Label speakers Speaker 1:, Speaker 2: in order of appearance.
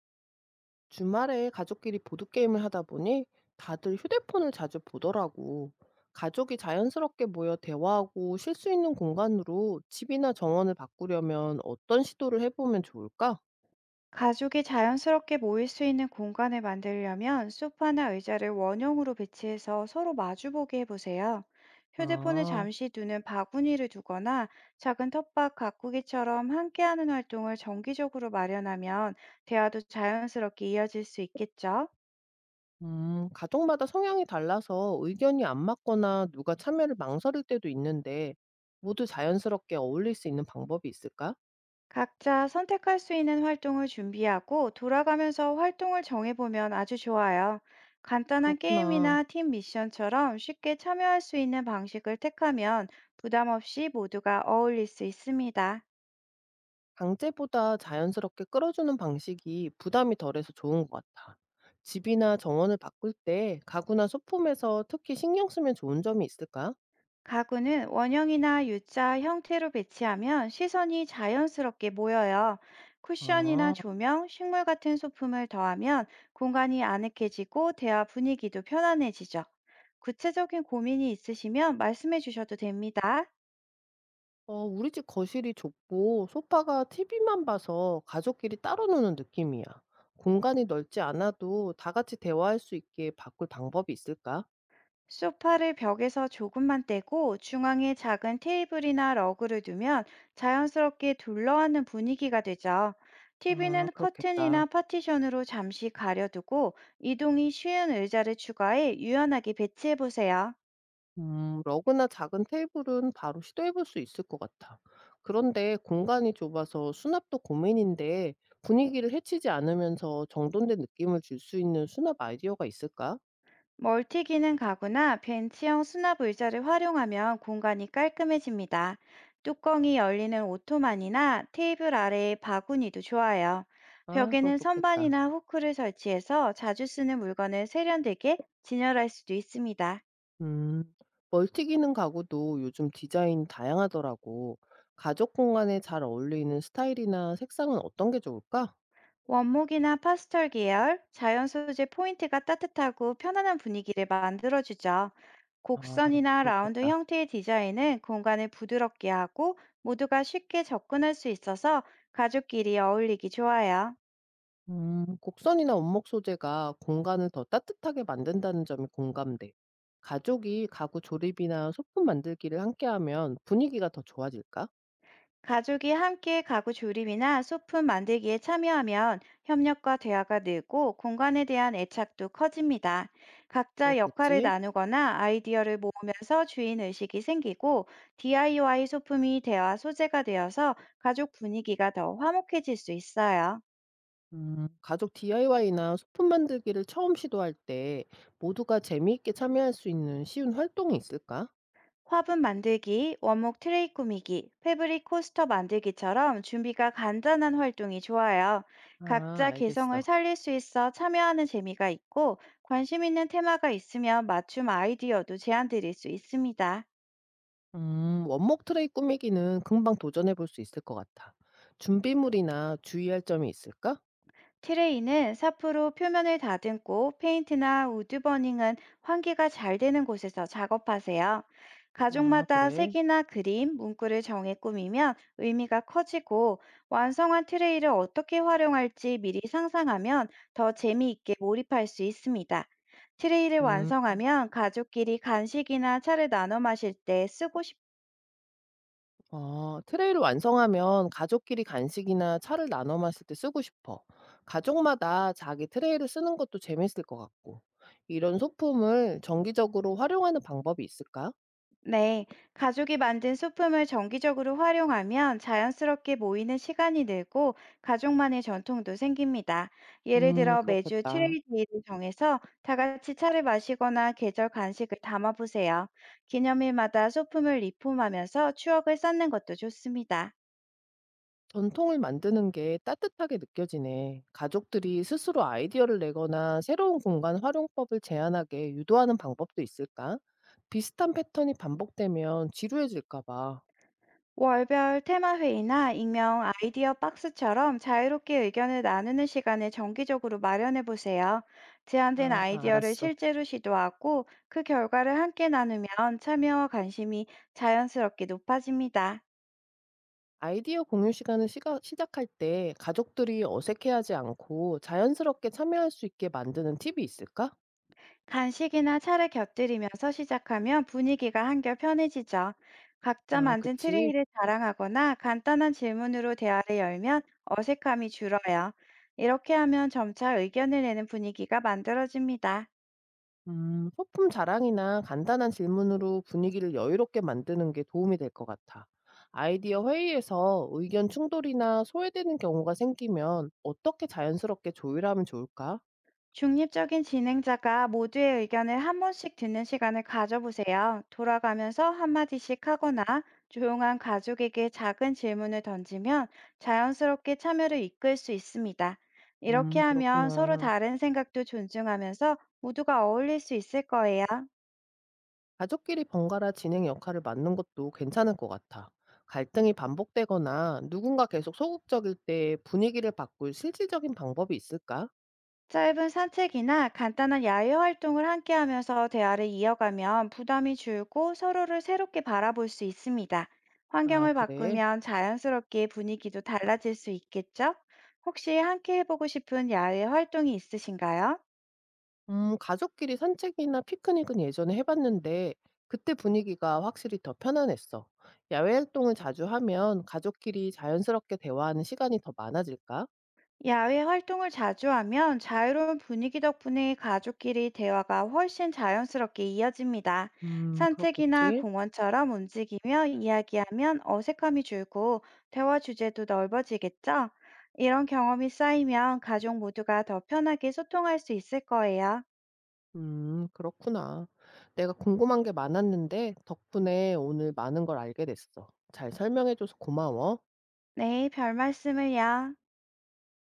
Speaker 1: 주말에 가족끼리 보드게임을 하다 보니 다들 휴대폰을 자주 보더라고. 가족이 자연스럽게 모여 대화하고 쉴 수 있는 공간으로 집이나 정원을 바꾸려면 어떤 시도를 해보면 좋을까?
Speaker 2: 가족이 자연스럽게 모일 수 있는 공간을 만들려면 소파나 의자를 원형으로 배치해서 서로 마주보게 해보세요. 휴대폰을
Speaker 1: 아,
Speaker 2: 잠시 두는 바구니를 두거나 작은 텃밭 가꾸기처럼 함께하는 활동을 정기적으로 마련하면 대화도 자연스럽게 이어질 수 있겠죠.
Speaker 1: 가족마다 성향이 달라서 의견이 안 맞거나 누가 참여를 망설일 때도 있는데 모두 자연스럽게 어울릴 수 있는 방법이 있을까?
Speaker 2: 각자 선택할 수 있는 활동을 준비하고 돌아가면서 활동을 정해보면 아주 좋아요. 간단한
Speaker 1: 그렇구나.
Speaker 2: 게임이나 팀 미션처럼 쉽게 참여할 수 있는 방식을 택하면 부담 없이 모두가 어울릴 수 있습니다.
Speaker 1: 강제보다 자연스럽게 끌어주는 방식이 부담이 덜해서 좋은 것 같아. 집이나 정원을 바꿀 때 가구나 소품에서 특히 신경 쓰면 좋은 점이 있을까?
Speaker 2: 가구는 원형이나 U자 형태로 배치하면 시선이 자연스럽게 모여요. 쿠션이나
Speaker 1: 아,
Speaker 2: 조명, 식물 같은 소품을 더하면 공간이 아늑해지고 대화 분위기도 편안해지죠. 구체적인 고민이 있으시면 말씀해 주셔도 됩니다.
Speaker 1: 어, 우리 집 거실이 좁고 소파가 TV만 봐서 가족끼리 따로 노는 느낌이야. 공간이 넓지 않아도 다 같이 대화할 수 있게 바꿀 방법이 있을까?
Speaker 2: 소파를 벽에서 조금만 떼고 중앙에 작은 테이블이나 러그를 두면 자연스럽게 둘러앉는 분위기가 되죠.
Speaker 1: 아,
Speaker 2: TV는
Speaker 1: 그렇겠다.
Speaker 2: 커튼이나 파티션으로 잠시 가려두고 이동이 쉬운 의자를 추가해 유연하게 배치해 보세요.
Speaker 1: 러그나 작은 테이블은 바로 시도해 볼 수 있을 것 같아. 그런데 공간이 좁아서 수납도 고민인데 분위기를 해치지 않으면서 정돈된 느낌을 줄 수 있는 수납 아이디어가 있을까?
Speaker 2: 멀티 기능 가구나 벤치형 수납 의자를 활용하면 공간이 깔끔해집니다. 뚜껑이 열리는 오토만이나 테이블 아래의 바구니도 좋아요.
Speaker 1: 아, 그거
Speaker 2: 벽에는
Speaker 1: 좋겠다.
Speaker 2: 선반이나 후크를 설치해서 자주 쓰는 물건을 세련되게 진열할 수도 있습니다.
Speaker 1: 음, 멀티기능 가구도 요즘 디자인 다양하더라고. 가족 공간에 잘 어울리는 스타일이나 색상은 어떤 게 좋을까?
Speaker 2: 원목이나 파스텔 계열, 자연 소재 포인트가 따뜻하고 편안한 분위기를 만들어주죠.
Speaker 1: 아,
Speaker 2: 곡선이나 라운드
Speaker 1: 그렇겠다.
Speaker 2: 형태의 디자인은 공간을 부드럽게 하고 모두가 쉽게 접근할 수 있어서 가족끼리 어울리기 좋아요.
Speaker 1: 곡선이나 원목 소재가 공간을 더 따뜻하게 만든다는 점이 공감돼. 가족이 가구 조립이나 소품 만들기를 함께하면 분위기가 더 좋아질까?
Speaker 2: 가족이 함께 가구 조립이나 소품 만들기에 참여하면 협력과 대화가 늘고 공간에 대한 애착도 커집니다. 각자 역할을
Speaker 1: 그렇겠지.
Speaker 2: 나누거나 아이디어를 모으면서 주인 의식이 생기고, DIY 소품이 대화 소재가 되어서 가족 분위기가 더 화목해질 수 있어요.
Speaker 1: 가족 DIY나 소품 만들기를 처음 시도할 때 모두가 재미있게 참여할 수 있는 쉬운 활동이 있을까?
Speaker 2: 화분 만들기, 원목 트레이 꾸미기, 패브릭 코스터 만들기처럼 준비가 간단한 활동이 좋아요.
Speaker 1: 아,
Speaker 2: 각자 개성을
Speaker 1: 알겠어.
Speaker 2: 살릴 수 있어 참여하는 재미가 있고, 관심 있는 테마가 있으면 맞춤 아이디어도 제안 드릴 수 있습니다.
Speaker 1: 원목 트레이 꾸미기는 금방 도전해 볼 수 있을 것 같아. 준비물이나 주의할 점이 있을까?
Speaker 2: 트레이는 사포로 표면을 다듬고, 페인트나 우드버닝은 환기가 잘 되는 곳에서 작업하세요.
Speaker 1: 아,
Speaker 2: 가족마다
Speaker 1: 그래.
Speaker 2: 색이나 그림, 문구를 정해 꾸미면 의미가 커지고, 완성한 트레이를 어떻게 활용할지 미리 상상하면 더 재미있게 몰입할 수 있습니다. 트레이를
Speaker 1: 음.
Speaker 2: 완성하면 가족끼리 간식이나 차를 나눠 마실 때 쓰고.
Speaker 1: 어, 트레이를 완성하면 가족끼리 간식이나 차를 나눠 마실 때 쓰고 싶어. 가족마다 자기 트레이를 쓰는 것도 재밌을 것 같고. 이런 소품을 정기적으로 활용하는 방법이 있을까?
Speaker 2: 네, 가족이 만든 소품을 정기적으로 활용하면 자연스럽게 모이는 시간이 늘고 가족만의 전통도 생깁니다. 예를 들어 매주
Speaker 1: 그렇겠다.
Speaker 2: 트레이데이를 정해서 다 같이 차를 마시거나 계절 간식을 담아보세요. 기념일마다 소품을 리폼하면서 추억을 쌓는 것도 좋습니다.
Speaker 1: 전통을 만드는 게 따뜻하게 느껴지네. 가족들이 스스로 아이디어를 내거나 새로운 공간 활용법을 제안하게 유도하는 방법도 있을까? 비슷한 패턴이 반복되면 지루해질까 봐.
Speaker 2: 월별 테마회의나 익명 아이디어 박스처럼 자유롭게 의견을 나누는 시간을 정기적으로 마련해 보세요. 제안된
Speaker 1: 아,
Speaker 2: 아이디어를
Speaker 1: 알았어.
Speaker 2: 실제로 시도하고 그 결과를 함께 나누면 참여와 관심이 자연스럽게 높아집니다.
Speaker 1: 아이디어 공유 시간을 시작할 때 가족들이 어색해하지 않고 자연스럽게 참여할 수 있게 만드는 팁이 있을까?
Speaker 2: 간식이나 차를 곁들이면서 시작하면 분위기가 한결 편해지죠. 각자
Speaker 1: 아,
Speaker 2: 만든
Speaker 1: 그치.
Speaker 2: 트레이를 자랑하거나 간단한 질문으로 대화를 열면 어색함이 줄어요. 이렇게 하면 점차 의견을 내는 분위기가 만들어집니다.
Speaker 1: 소품 자랑이나 간단한 질문으로 분위기를 여유롭게 만드는 게 도움이 될 것 같아. 아이디어 회의에서 의견 충돌이나 소외되는 경우가 생기면 어떻게 자연스럽게 조율하면 좋을까?
Speaker 2: 중립적인 진행자가 모두의 의견을 한 번씩 듣는 시간을 가져보세요. 돌아가면서 한마디씩 하거나 조용한 가족에게 작은 질문을 던지면 자연스럽게 참여를 이끌 수 있습니다. 이렇게 하면 서로
Speaker 1: 그렇구나.
Speaker 2: 다른 생각도 존중하면서 모두가 어울릴 수 있을 거예요.
Speaker 1: 가족끼리 번갈아 진행 역할을 맡는 것도 괜찮을 것 같아. 갈등이 반복되거나 누군가 계속 소극적일 때 분위기를 바꿀 실질적인 방법이 있을까?
Speaker 2: 짧은 산책이나 간단한 야외 활동을 함께 하면서 대화를 이어가면 부담이 줄고 서로를 새롭게 바라볼 수 있습니다.
Speaker 1: 아,
Speaker 2: 환경을
Speaker 1: 그래.
Speaker 2: 바꾸면 자연스럽게 분위기도 달라질 수 있겠죠? 혹시 함께 해보고 싶은 야외 활동이 있으신가요?
Speaker 1: 가족끼리 산책이나 피크닉은 예전에 해봤는데 그때 분위기가 확실히 더 편안했어. 야외 활동을 자주 하면 가족끼리 자연스럽게 대화하는 시간이 더 많아질까?
Speaker 2: 야외 활동을 자주 하면 자유로운 분위기 덕분에 가족끼리 대화가 훨씬 자연스럽게 이어집니다. 산책이나
Speaker 1: 그렇겠지.
Speaker 2: 공원처럼 움직이며 이야기하면 어색함이 줄고 대화 주제도 넓어지겠죠? 이런 경험이 쌓이면 가족 모두가 더 편하게 소통할 수 있을 거예요.
Speaker 1: 그렇구나. 내가 궁금한 게 많았는데 덕분에 오늘 많은 걸 알게 됐어. 잘 설명해줘서 고마워.
Speaker 2: 네, 별 말씀을요.